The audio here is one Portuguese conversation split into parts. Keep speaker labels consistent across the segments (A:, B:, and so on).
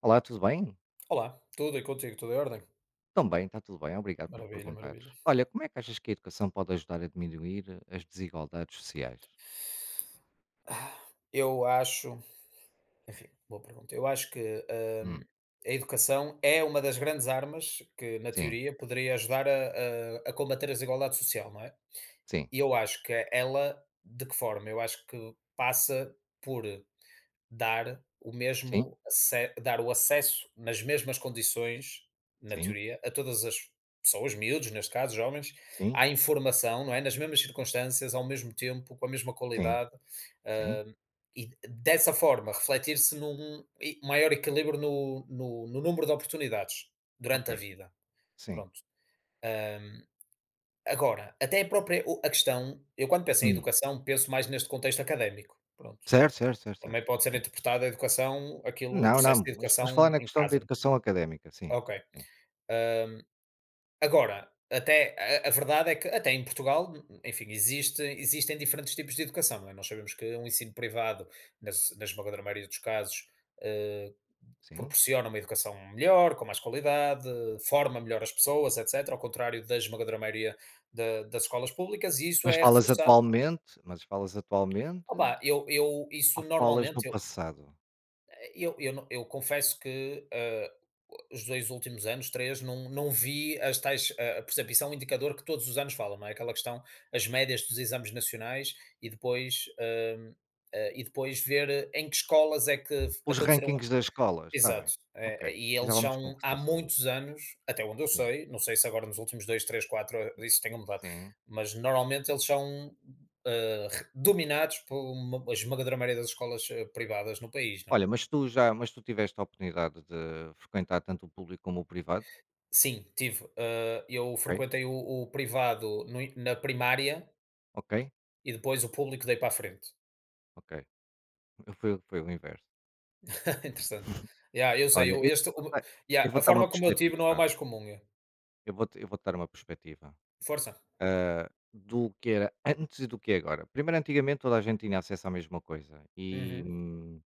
A: Olá, tudo bem?
B: Olá, tudo e contigo, tudo em ordem?
A: Também, está tudo bem, obrigado por
B: Maravilha,
A: perguntares.
B: maravilha.
A: Olha, como é que achas que a educação pode ajudar a diminuir as desigualdades sociais?
B: Ah, Eu acho, enfim, boa pergunta. Eu acho que
A: Hum,
B: a educação é uma das grandes armas que, na
A: sim,
B: teoria, poderia ajudar a combater a desigualdade social, não é?
A: sim,
B: E eu acho que ela, de que forma? Eu acho que passa por
A: sim,
B: dar o acesso nas mesmas condições, na
A: sim,
B: teoria, a todas as pessoas, miúdos, neste caso, jovens,
A: sim,
B: à informação, não é? Nas mesmas circunstâncias, ao mesmo tempo, com a mesma
A: sim,
B: qualidade,
A: sim,
B: ah, e dessa forma refletir-se num maior equilíbrio no número de oportunidades
A: ok,
B: durante a vida.
A: sim.
B: Pronto. Ahm, Agora, até a própria a questão, eu quando penso em
A: Hum,
B: educação, penso mais neste contexto académico. Pronto.
A: Certo, certo, certo,
B: Também
A: certo.
B: pode ser
A: Sim.
B: interpretada a educação, aquilo o
A: Não, não,
B: processo de
A: mas vamos falar
B: educação
A: na
B: em
A: questão da
B: casa.
A: educação académica, sim,
B: Ok.
A: sim,
B: Hum, Agora, até a verdade é que até em Portugal, enfim, existem diferentes tipos de educação. Não é? Nós sabemos que um ensino privado, na esmagadora maioria dos casos, eh,
A: sim.
B: proporciona uma educação melhor, com mais qualidade, forma melhor as pessoas, etc., ao contrário da esmagadora maioria das escolas públicas, e isso
A: Mas
B: é
A: falas
B: reforçado.
A: atualmente, mas falas atualmente
B: Opa, eu
A: ou
B: isso
A: falas no
B: normalmente.
A: passado?
B: Eu não, eu confesso que, os 2 últimos anos, 3 não vi as tais, por exemplo, isso é um indicador que todos os anos falam, não é, aquela questão, as médias dos exames nacionais e depois, e depois ver em que escolas é que
A: Os
B: aconteceram.
A: rankings das escolas, está bem,
B: Exato.
A: ok,
B: E
A: já
B: eles
A: vamos
B: são há
A: conversar sobre isso.
B: muitos anos, até onde eu
A: Sim,
B: sei, não sei se agora nos últimos 2, 3, 4 isso tenha mudado,
A: sim.
B: mas normalmente eles são, re dominados por uma a esmagadora maioria das escolas, privadas no país, não é?
A: Olha, mas tu tiveste a oportunidade de frequentar tanto o público como o privado?
B: Sim, tive. Eu
A: Ok,
B: frequentei o privado no in- na primária
A: ok,
B: e depois o público dei para a frente.
A: ok. Foi o inverso.
B: Interessante. Yeah, eu sei,
A: Olha, vou dar eu
B: yeah,
A: vou
B: a
A: dar uma
B: forma como eu tive não é o
A: perspectiva,
B: mais comum. É.
A: eu vou dar uma perspectiva,
B: Força.
A: hã, do que era antes e do que é agora. Primeiro, antigamente toda a gente tinha acesso à mesma coisa
B: Uhum,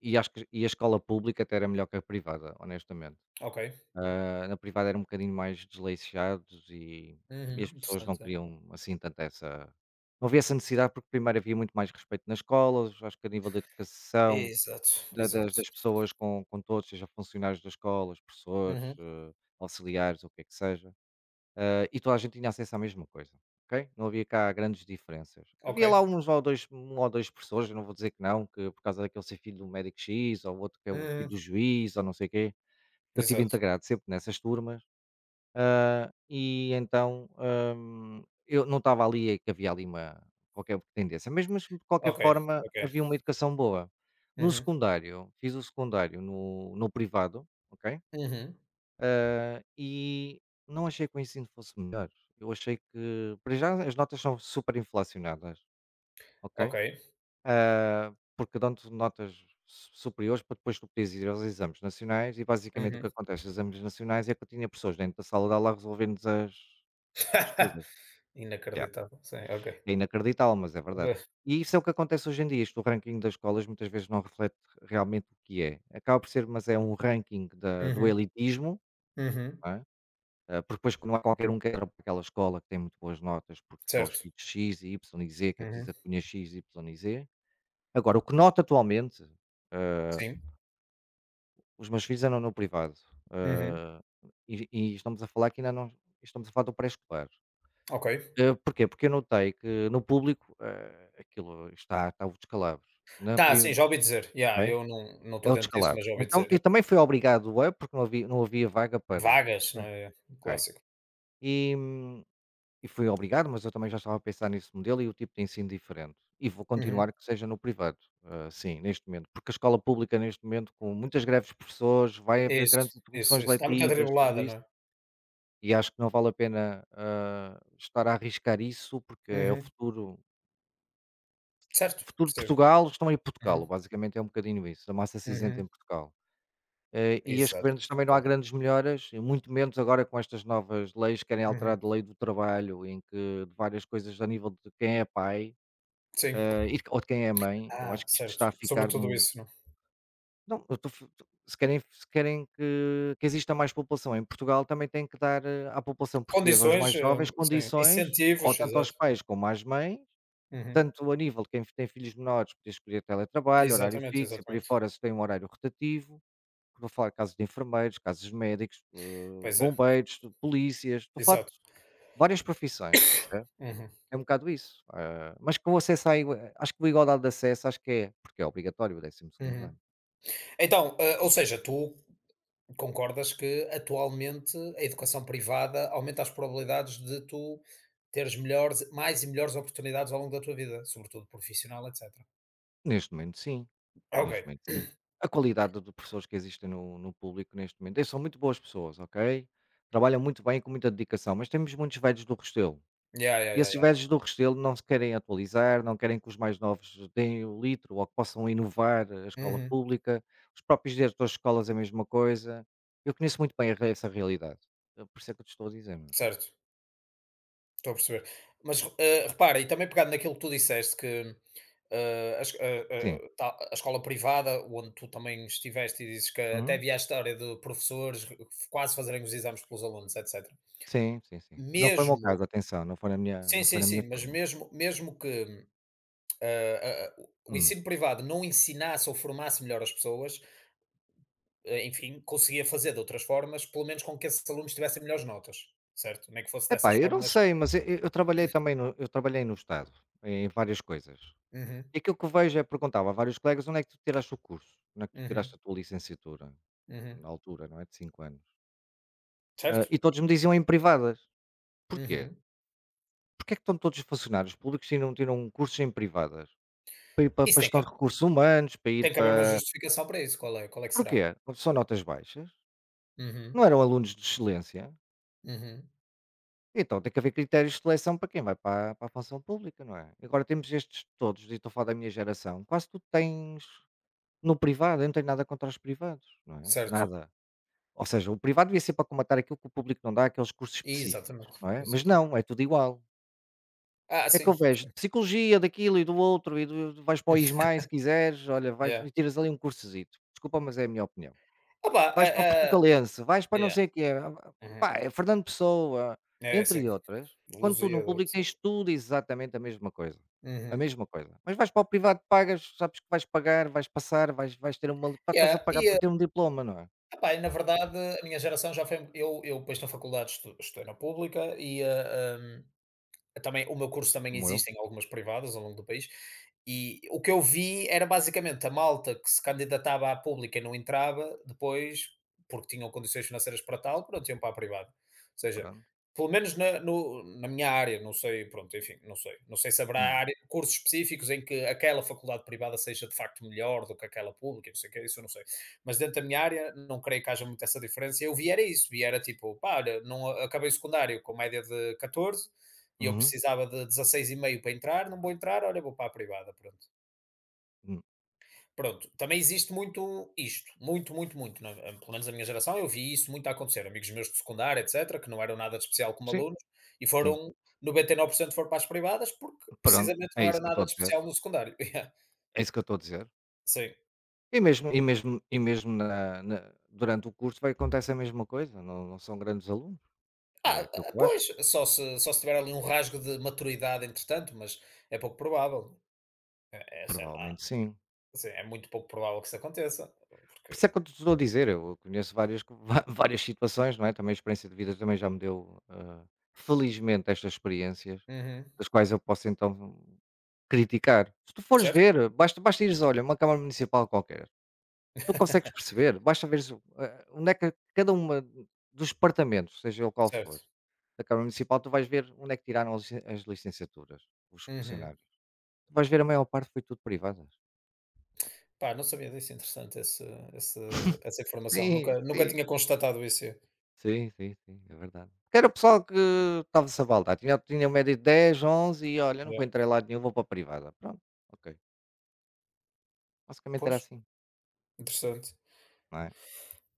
A: e acho que a escola pública até era melhor que a privada, honestamente.
B: ok.
A: Na privada era um bocadinho mais desleixados e
B: Uhum,
A: as pessoas não
B: interessante.
A: queriam, assim, tanto essa não havia essa necessidade, porque primeiro havia muito mais respeito nas escolas, acho que a nível da educação,
B: Exato,
A: da das
B: exato.
A: das pessoas com todos, seja funcionários das escolas, professores,
B: Uhum,
A: auxiliares, o que é que seja, e toda a gente tinha acesso à mesma coisa, ok? Não havia cá grandes diferenças.
B: ok.
A: Havia lá uns ou dois um ou dois professores, eu não vou dizer que não, que por causa daquele ser filho do médico X, ou o outro que é o filho
B: Uhum,
A: do juiz, ou não sei o quê, eu estive
B: exato.
A: integrado sempre nessas turmas e então, eu não estava ali que havia ali uma qualquer tendência, mas de qualquer
B: Ok,
A: forma
B: ok.
A: havia uma educação boa. No
B: Uhum,
A: secundário, fiz o secundário no privado, ok?
B: uhum,
A: E não achei que o ensino fosse melhor. Eu achei que, para já, as notas são super inflacionadas,
B: ok.
A: ok? Porque dão-te notas superiores para depois tu poderes ir aos exames nacionais e basicamente o que
B: Uhum.
A: acontece nos exames nacionais é que eu tinha pessoas dentro da sala de aula a resolvermos as coisas. Yeah.
B: Inacreditável. Sim, ok.
A: É inacreditável, mas é verdade.
B: Ba-
A: E isso é o que acontece hoje em dia. Isto, o ranking das escolas muitas vezes não reflete realmente o que é. Acaba por ser, mas é um ranking da do
B: Uhum,
A: elitismo,
B: uhum,
A: não é? Porque depois que não há qualquer um que entra para aquela escola que tem muito boas notas, porque só os
B: certo.
A: filhos X e Y e Z, que é
B: Uhum,
A: preciso a cunha X, Y e Z. Agora, o que noto atualmente, eh,
B: sim.
A: os meus filhos andam no privado,
B: Uhum,
A: eh, e estamos a falar que ainda não estamos a falar do pré-escolar.
B: ok.
A: Porquê? Porque eu notei que no público, aquilo está o descalabro, na
B: Tá, sim,
A: prim,
B: já ouvi dizer. Yeah,
A: ok?
B: eu não
A: É
B: estou
A: o
B: dentro disso,
A: descalabro.
B: mas já ouvi
A: Então
B: dizer.
A: eu
B: Yeah.
A: também fui obrigado a, porque não havia vaga para.
B: Vagas, não
A: Ok,
B: é? Um
A: ok.
B: clássico.
A: E, hum, e fui obrigado, mas eu também já estava a pensar nesse modelo e o tipo de ensino diferente. E vou
B: Uhum.
A: continuar que seja no privado, sim, neste momento, porque a escola pública neste momento com muitas greves de professores, vai
B: É
A: haver
B: isso,
A: grandes
B: isso, isso.
A: interrupções
B: Está muito
A: letivas, tudo
B: atribulada, não
A: isso,
B: é?
A: e acho que não vale a pena, estar a arriscar isso, porque é o
B: Uhum.
A: futuro. O
B: Certo,
A: futuro de
B: percebo.
A: Portugal estão em Portugal,
B: Uhum,
A: basicamente é um bocadinho isso, a massa cinzenta em
B: uhum.
A: Portugal. E as
B: Exato,
A: governo também não há
B: concordo.
A: grandes melhoras, e muito menos agora com estas novas leis que querem
B: Uhum.
A: alterar a lei do trabalho, em que de várias coisas a nível de quem é pai,
B: Sim.
A: e de ou de quem é mãe, eu
B: Ah,
A: acho que isto está a
B: certo.
A: ficar
B: Sobretudo
A: num
B: isso, não?
A: não, eu estou f tô- se querem que exista mais população em Portugal, também têm que dar, à população portuguesa, aos
B: Condições,
A: mais jovens,
B: sim,
A: condições, ou
B: incentivos,
A: tanto aos
B: exato.
A: pais como às mães
B: Uhum.
A: tanto a nível de quem tem filhos menores, poder escolher teletrabalho, horário
B: Exatamente,
A: fixo e por aí
B: exatamente.
A: fora, se tem um horário rotativo. Estou a falar de casos de enfermeiros, casos de médicos,
B: Pois é,
A: bombeiros, de polícias, estou a falar
B: exato.
A: de várias profissões, percebe?
B: Uhum,
A: É um bocado isso. Mas com o acesso à igua acho que a igualdade de acesso acho que é, porque é obrigatório o décimo segundo
B: uhum.
A: ano.
B: Então, ou seja, tu concordas que atualmente a educação privada aumenta as probabilidades de tu teres melhores mais e melhores oportunidades ao longo da tua vida, sobretudo profissional, etcétera.
A: Neste momento sim, neste
B: Ok.
A: momento sim. A qualidade de pessoas que existem no público neste momento, eles são muito boas pessoas, ok? Trabalham muito bem e com muita dedicação, mas temos muitos velhos do Restelo.
B: Yeah, yeah,
A: E
B: yeah,
A: esses
B: yeah.
A: velhos do Restelo não se querem atualizar, não querem que os mais novos deem o litro ou que possam inovar a escola
B: Uhum.
A: pública. Os próprios diretores de escolas é a mesma coisa. Eu conheço muito bem a essa realidade. Por isso é que eu te estou a dizer, meu.
B: Certo, estou a perceber. Mas, repara, e também pegando naquilo que tu disseste que, eh, a es eh
A: Sim.
B: eh, ta a escola privada, onde tu também estiveste e dizes que até
A: Uhum.
B: havia a história de professores quase fazerem os exames pelos alunos, etcétera.
A: Sim, sim, sim. Não foi o meu
B: Mesmo
A: caso, atenção, não foi na minha, não
B: Sim,
A: foi
B: sim,
A: na minha
B: sim, mas
A: turma.
B: mesmo mesmo que o
A: Hum.
B: ensino privado não ensinasse ou formasse melhor as pessoas, enfim, conseguia fazer de outras formas, pelo menos com que esses alunos tivessem melhores notas, certo? Nem que fosse
A: Epá,
B: dessas
A: eu não
B: formas.
A: sei, mas eu trabalhei também no, eu trabalhei no Estado, em várias coisas.
B: Uhum,
A: E aquilo que eu vejo é, perguntava a vários colegas, onde é que tu tiraste o curso? Onde é que tu tiraste
B: uhum,
A: a tua licenciatura?
B: uhum,
A: Na altura, não é? De 5 anos. Ah,
B: certo?
A: e todos me diziam em privadas. Porquê?
B: Uhum.
A: Porquê é que estão todos os funcionários públicos tiram cursos em privadas? Para ir para
B: Isso
A: para
B: tem
A: gestão
B: que,
A: de recursos humanos, para ir
B: tem que haver uma
A: para
B: justificação para isso. Qual é que
A: porquê?
B: será?
A: São notas baixas?
B: Uhum,
A: Não eram alunos de excelência?
B: uhum,
A: Então tem que haver critérios de seleção para quem vai para, para a função pública, não é? Agora temos estes todos, e estou a falar da minha geração, quase tu tens no privado, eu não tenho nada contra os privados, não é?
B: certo.
A: Nada. Ou seja, o privado devia ser para comatar aquilo que o público não dá, aqueles cursos específicos,
B: Exatamente,
A: não é? Mas
B: exatamente.
A: não, é tudo igual.
B: Ah,
A: É que eu
B: sim.
A: vejo de psicologia daquilo e do outro e do vais para o ISMAI se quiseres, olha, vais
B: Yeah.
A: e tiras ali um cursozito. Desculpa, mas é a minha opinião.
B: Opa,
A: Vais para a Portucalense, vais para não
B: yeah.
A: sei quê,
B: Uhum.
A: pá, é Fernando Pessoa,
B: É assim,
A: entre outras. Quando tu no
B: Lusíada,
A: público tens
B: etc.
A: tudo exatamente a mesma coisa, a
B: Uhum.
A: mesma coisa. Mas vais para o privado, pagas, sabes que vais pagar, vais passar, vais ter uma li- pá, estás a
B: Yeah.
A: pagar para ter um diploma, não é?
B: Epá, e na verdade, a minha geração já foi eu depois na faculdade estou estudei na pública e, também, o meu curso também
A: Como eu,
B: existem algumas privadas ao longo do país, e o que eu vi era basicamente a malta que se candidatava à pública e não entrava, depois, porque tinham condições financeiras para tal, pronto, iam para a privada. Ou seja,
A: pronto.
B: pelo menos na minha área, não sei, pronto, enfim, não sei. Não sei se haverá
A: Hum,
B: área cursos específicos em que aquela faculdade privada seja de facto melhor do que aquela pública, não sei o quê. Isso eu não sei. Mas dentro da minha área não creio que haja muito essa diferença, eu vi era isso, vi era tipo: "Pá, olha, não acabei o secundário com média de 14 e eu
A: uhum,
B: precisava de 16,5 para entrar, não vou entrar, olha, vou para a privada, pronto."
A: hum.
B: Pronto, também existe muito isto, muito, muito, muito, pelo menos na minha geração eu vi isso muito a acontecer, amigos meus de secundário, etc, que não eram nada de especial como
A: Sim,
B: alunos, e
A: sim,
B: foram, 99% foram para as privadas, porque
A: pronto,
B: precisamente
A: é
B: não
A: isso
B: era
A: que eu estou
B: nada
A: a
B: de
A: dizer,
B: especial no secundário. Yeah.
A: é isso que eu estou a dizer.
B: Sim.
A: E mesmo na na durante o curso vai acontece a mesma coisa, não não são grandes alunos, é aquilo que eu acho.
B: Pois, só se tiver ali um rasgo de maturidade entretanto, mas é pouco provável. É, sei lá,
A: Provavelmente sim.
B: assim, é muito pouco provável que isso aconteça,
A: Por isso é
B: porque...
A: que eu te estou a dizer, eu conheço várias co várias situações, não é, também a experiência de vida também já me deu, felizmente estas experiências,
B: Uhum.
A: das quais eu posso então criticar. Se tu fores
B: Certo?
A: ver, basta ires, olha, uma Câmara Municipal qualquer. Tu consegues perceber, basta veres o onde é que cada uma dos departamentos, seja ele qual for,
B: Certo.
A: da Câmara Municipal, tu vais ver onde é que tiraram as licen as licenciaturas, os
B: Uhum.
A: funcionários. Tu vais ver a maior parte foi tudo privadas.
B: Pá, não sabia disso, interessante esse esse essa informação,
A: Sim,
B: nunca
A: sim.
B: tinha constatado isso.
A: Sim, sim, sim, é verdade. Porque era o pessoal que estava-se a baldar, tinha média de 10, 11 e: "Olha, não vou
B: É.
A: entrar em lado nenhum, vou para a privada". Pronto, ok. Basicamente era
B: Pois,
A: assim,
B: interessante.
A: não é.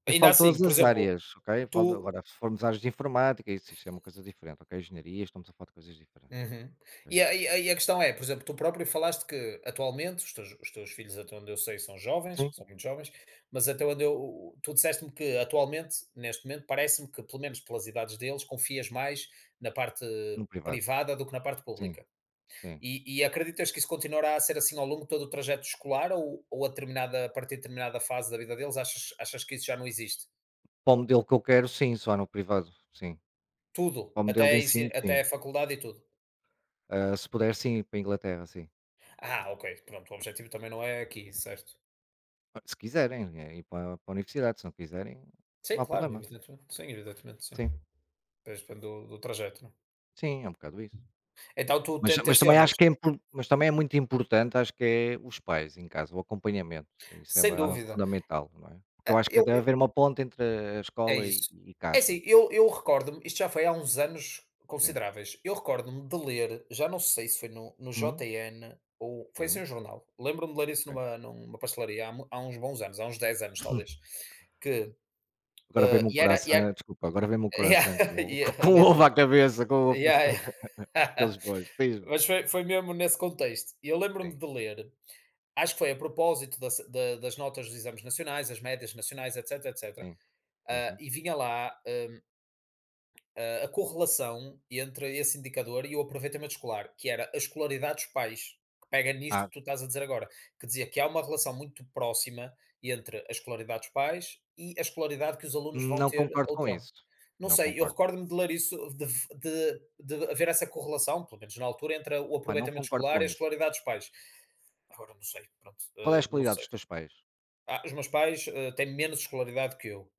A: Eu
B: Ainda
A: falo
B: assim,
A: todas
B: por
A: as
B: exemplo,
A: áreas, ok, eu falo
B: tu
A: agora se formos áreas de informática, isso é uma coisa diferente, ok, engenharia, estamos a falar de coisas diferentes,
B: Uhum.
A: ok.
B: E a questão é, por exemplo, tu próprio falaste que atualmente os teus filhos, até onde eu sei, são jovens,
A: Sim.
B: são muito jovens, mas até onde eu tu disseste-me que atualmente, neste momento, parece-me que, pelo menos pelas idades deles, confias mais na parte
A: No privado,
B: privada do que na parte
A: sim,
B: pública.
A: sim.
B: E acreditas que isso continuará a ser assim ao longo de todo o trajeto escolar a partir de determinada fase da vida deles achas, achas que isso já não existe?
A: Para o modelo que eu quero, sim, só no privado, sim.
B: Tudo,
A: Para o modelo
B: até,
A: de ensino,
B: até
A: sim.
B: a faculdade e tudo.
A: Ah, se puder, sim, para a Inglaterra, sim.
B: Ah, ok, pronto, o objetivo também não é aqui, certo?
A: Ah, se quiserem, ir para a universidade, se não quiserem, não
B: Sim,
A: há
B: claro,
A: problema.
B: evidentemente, sim, evidentemente, sim.
A: Sim,
B: Depois, depende do trajeto, não é?
A: sim, é um bocado isso.
B: Então tu
A: Mas mas também acho
B: tensionas,
A: que é impor mas também é muito importante, acho que é os pais em casa, o acompanhamento. Isso é
B: sem
A: ma algo
B: dúvida.
A: fundamental, não é? Porque eu
B: Ah,
A: acho que deve haver uma ponte entre a
B: É
A: escola e
B: isso.
A: e
B: É
A: casa.
B: assim, eu recordo-me, isto já foi há uns anos
A: Sim.
B: consideráveis, eu recordo-me de ler, já não sei se foi no
A: Uhum.
B: JN ou foi assim
A: Sim,
B: um jornal, lembro-me de ler isso
A: ok.
B: numa pastelaria, há uns bons anos, há uns 10 anos talvez, que,
A: Agora vem me um
B: e era
A: coração desculpa, agora vem me um
B: yeah,
A: coração com
B: yeah,
A: com um
B: meio de
A: ovo à
B: ler.
A: cabeça, com um ovo
B: Yeah,
A: aqueles
B: yeah.
A: bois. Diz-me.
B: mas foi mesmo nesse contexto. E eu
A: Sim,
B: lembro-me de ler, acho que foi a propósito da se da das notas dos exames nacionais, as médias nacionais, etc, etc,
A: sim, sim, sim.
B: e vinha lá, a correlação entre esse indicador e o aproveitamento escolar, que era a escolaridade dos pais, que pega nisto
A: Ah,
B: que tu estás a dizer agora, que dizia que há uma relação muito próxima entre a escolaridade dos pais e a escolaridade que os alunos vão
A: não
B: ter
A: concordo
B: ou
A: com
B: terão.
A: isso,
B: Não
A: não
B: sei, eu
A: concordo.
B: recordo-me de ler isso, de haver essa correlação, pelo menos na altura, entre o
A: Epá, não
B: aproveitamento
A: concordo
B: escolar
A: com
B: e a
A: isso.
B: escolaridade dos pais. Agora não sei, pronto,
A: Qual é as
B: não
A: qualidades
B: sei.
A: dos teus pais?
B: Ah, os meus pais têm menos escolaridade que eu.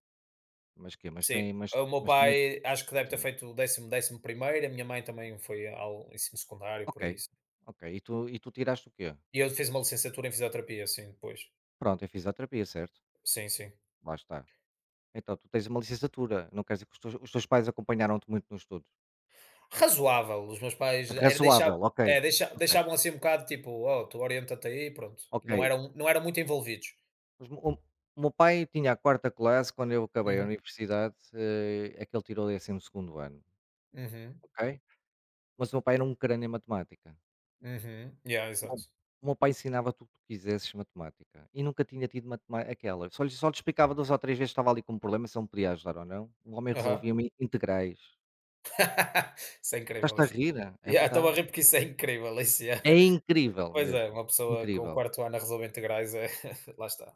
A: Mas quê?
B: Sim, o meu
A: Mas tem
B: pai acho que deve ter
A: sim.
B: feito o décimo, décimo primeiro, a minha mãe também foi ao ensino secundário,
A: Ok,
B: por aí. Sim.
A: ok. E tu tiraste o quê?
B: E eu fiz uma licenciatura em fisioterapia, sim, depois.
A: Pronto, eu fiz a terapia, certo?
B: Sim, sim.
A: Lá está. Então tu tens uma licenciatura, não quer dizer que os teus pais acompanharam-te muito nos estudos.
B: Razoável, os meus pais era deixar,
A: Razoável, ok,
B: é,
A: ok,
B: deixavam assim um bocado tipo, oh, tu orienta-te aí, pronto.
A: ok.
B: Não eram muito envolvidos.
A: Mas o meu pai tinha a quarta classe quando eu acabei a
B: Uhum,
A: universidade, é que ele tirou o 12 segundo ano,
B: uhum,
A: ok? Mas o meu pai era um crânio em matemática.
B: uhum. Yeah,
A: O meu
B: exato.
A: o meu pai ensinava tudo o que quisesses matemática e nunca tinha tido matemática aquela, só lhe explicava 2 ou 3 vezes, que estava ali com um problema, se ele me podia ajudar ou não, o homem
B: Aham.
A: resolvia-me integrais.
B: Isso é incrível,
A: Estás-te a
B: isso.
A: rir? É, é
B: Yeah, estou a
A: verdade.
B: rir porque isso é incrível, isso, yeah.
A: É incrível
B: Pois é,
A: mesmo,
B: uma pessoa com
A: incrível.
B: quarto ano a resolver integrais é, lá está,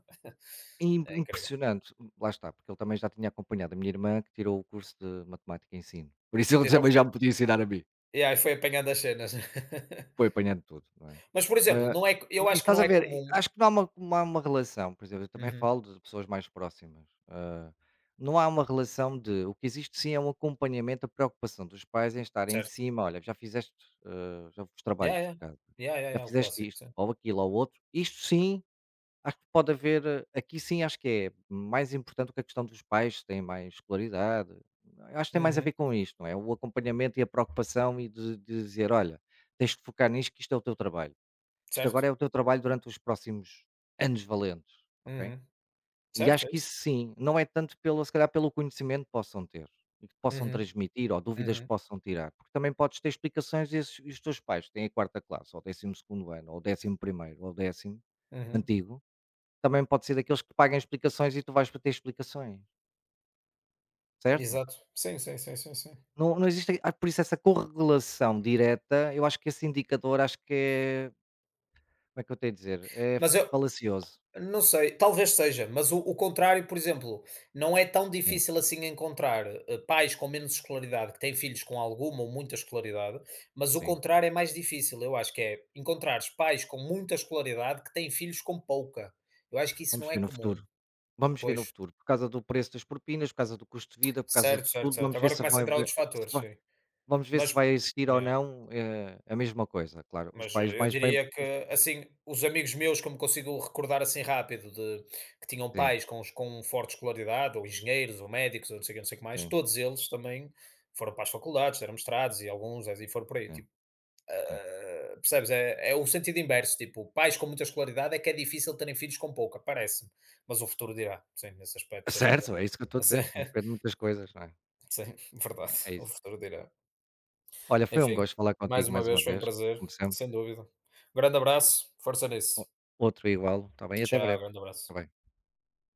A: Im
B: é incrível.
A: impressionante, lá está, porque ele também já tinha acompanhado a minha irmã que tirou o curso de matemática e ensino, por isso ele
B: Então
A: também já
B: foi,
A: me podia ensinar a mim.
B: E aí foi apanhando as cenas.
A: Foi apanhando tudo, não é?
B: Mas, por exemplo,
A: Ah,
B: não é, eu
A: e
B: acho que
A: estás
B: não
A: a
B: é
A: ver,
B: comum.
A: acho que não há uma relação, por exemplo, eu também
B: Uhum,
A: falo de pessoas mais próximas, não há uma relação de o que existe sim é um acompanhamento, a preocupação dos pais em estar em
B: certo.
A: cima, olha, já fizeste, já os trabalhos
B: Yeah,
A: de
B: yeah.
A: casa,
B: Yeah, yeah,
A: já
B: yeah, o
A: fizeste
B: clássico,
A: isto,
B: sim.
A: ou aquilo, ou outro, isto sim. Acho que pode haver, aqui sim acho que é mais importante que a questão dos pais têm mais escolaridade, acho que tem mais a
B: Uhum,
A: ver com isto, não é? O acompanhamento e a preocupação e de dizer: "Olha, tens de focar nisto que isto é o teu trabalho. Isto agora
B: certo.
A: é o teu trabalho durante os próximos anos valentes", ok?
B: Uhum,
A: E
B: certo,
A: acho
B: é
A: que isso
B: isso.
A: sim, não é tanto pelo se calhar pelo conhecimento que possam ter e que possam
B: Uhum,
A: transmitir ou dúvidas que
B: uhum,
A: possam tirar, porque também podes ter explicações e esses e os teus pais têm a quarta classe ou décimo segundo ano ou décimo primeiro, ou décimo
B: uhum.
A: antigo também pode ser daqueles que paguem explicações e tu vais para ter explicações, certo?
B: Exato. Sim, sim, sim, sim, sim.
A: Não não existe por isso essa correlação direta, eu acho que esse indicador acho que é como é que eu tenho a dizer? É
B: Mas eu
A: falacioso.
B: Não sei, talvez seja, mas o contrário, por exemplo, não é tão
A: Sim,
B: difícil assim encontrar pais com menos escolaridade que têm filhos com alguma ou muita escolaridade, mas o
A: sim.
B: contrário é mais difícil, eu acho que é encontrar pais com muita escolaridade que têm filhos com pouca. Eu acho que isso
A: Vamos
B: não é
A: ver no
B: comum.
A: futuro, vamos ver no
B: Pois,
A: futuro, por causa do preço das propinas, por causa do custo de vida, por causa
B: certo,
A: de
B: certo,
A: tudo,
B: certo.
A: vamos ver
B: Agora
A: se
B: começa a
A: vai
B: entrar
A: haver
B: outros
A: se
B: fatores,
A: va
B: sim.
A: vamos ver se
B: Mas,
A: vai existir ou
B: é.
A: não, a mesma coisa, claro. Os
B: Mas,
A: pais
B: eu
A: mais bem
B: diria que,
A: os
B: assim, os amigos meus que eu me consigo recordar, assim, rápido de que tinham
A: sim,
B: pais com forte escolaridade, ou engenheiros, ou médicos, ou não sei o quê, não sei o que mais,
A: sim,
B: todos eles também foram para as faculdades, eram mestrados e alguns e foram por aí,
A: sim,
B: tipo,
A: sim.
B: ah, percebes? É o sentido inverso, tipo, pais com muita escolaridade é que é difícil terem filhos com pouca, parece-me, mas o futuro dirá. Sim, nesse aspecto tens razão.
A: Certo, é isso que eu estou a
B: Sim,
A: dizer, depende de muitas coisas, não é?
B: sim, verdade,
A: É
B: o
A: isso.
B: futuro dirá.
A: Olha, foi um
B: Enfim,
A: gosto falar
B: mais
A: contigo
B: uma
A: mais uma
B: vez foi um
A: vez,
B: prazer,
A: como sempre.
B: sem dúvida. Um grande abraço, força nisso.
A: O outro igual, está bem? E até
B: Tchau,
A: breve.
B: grande
A: Fica
B: abraço.
A: bem.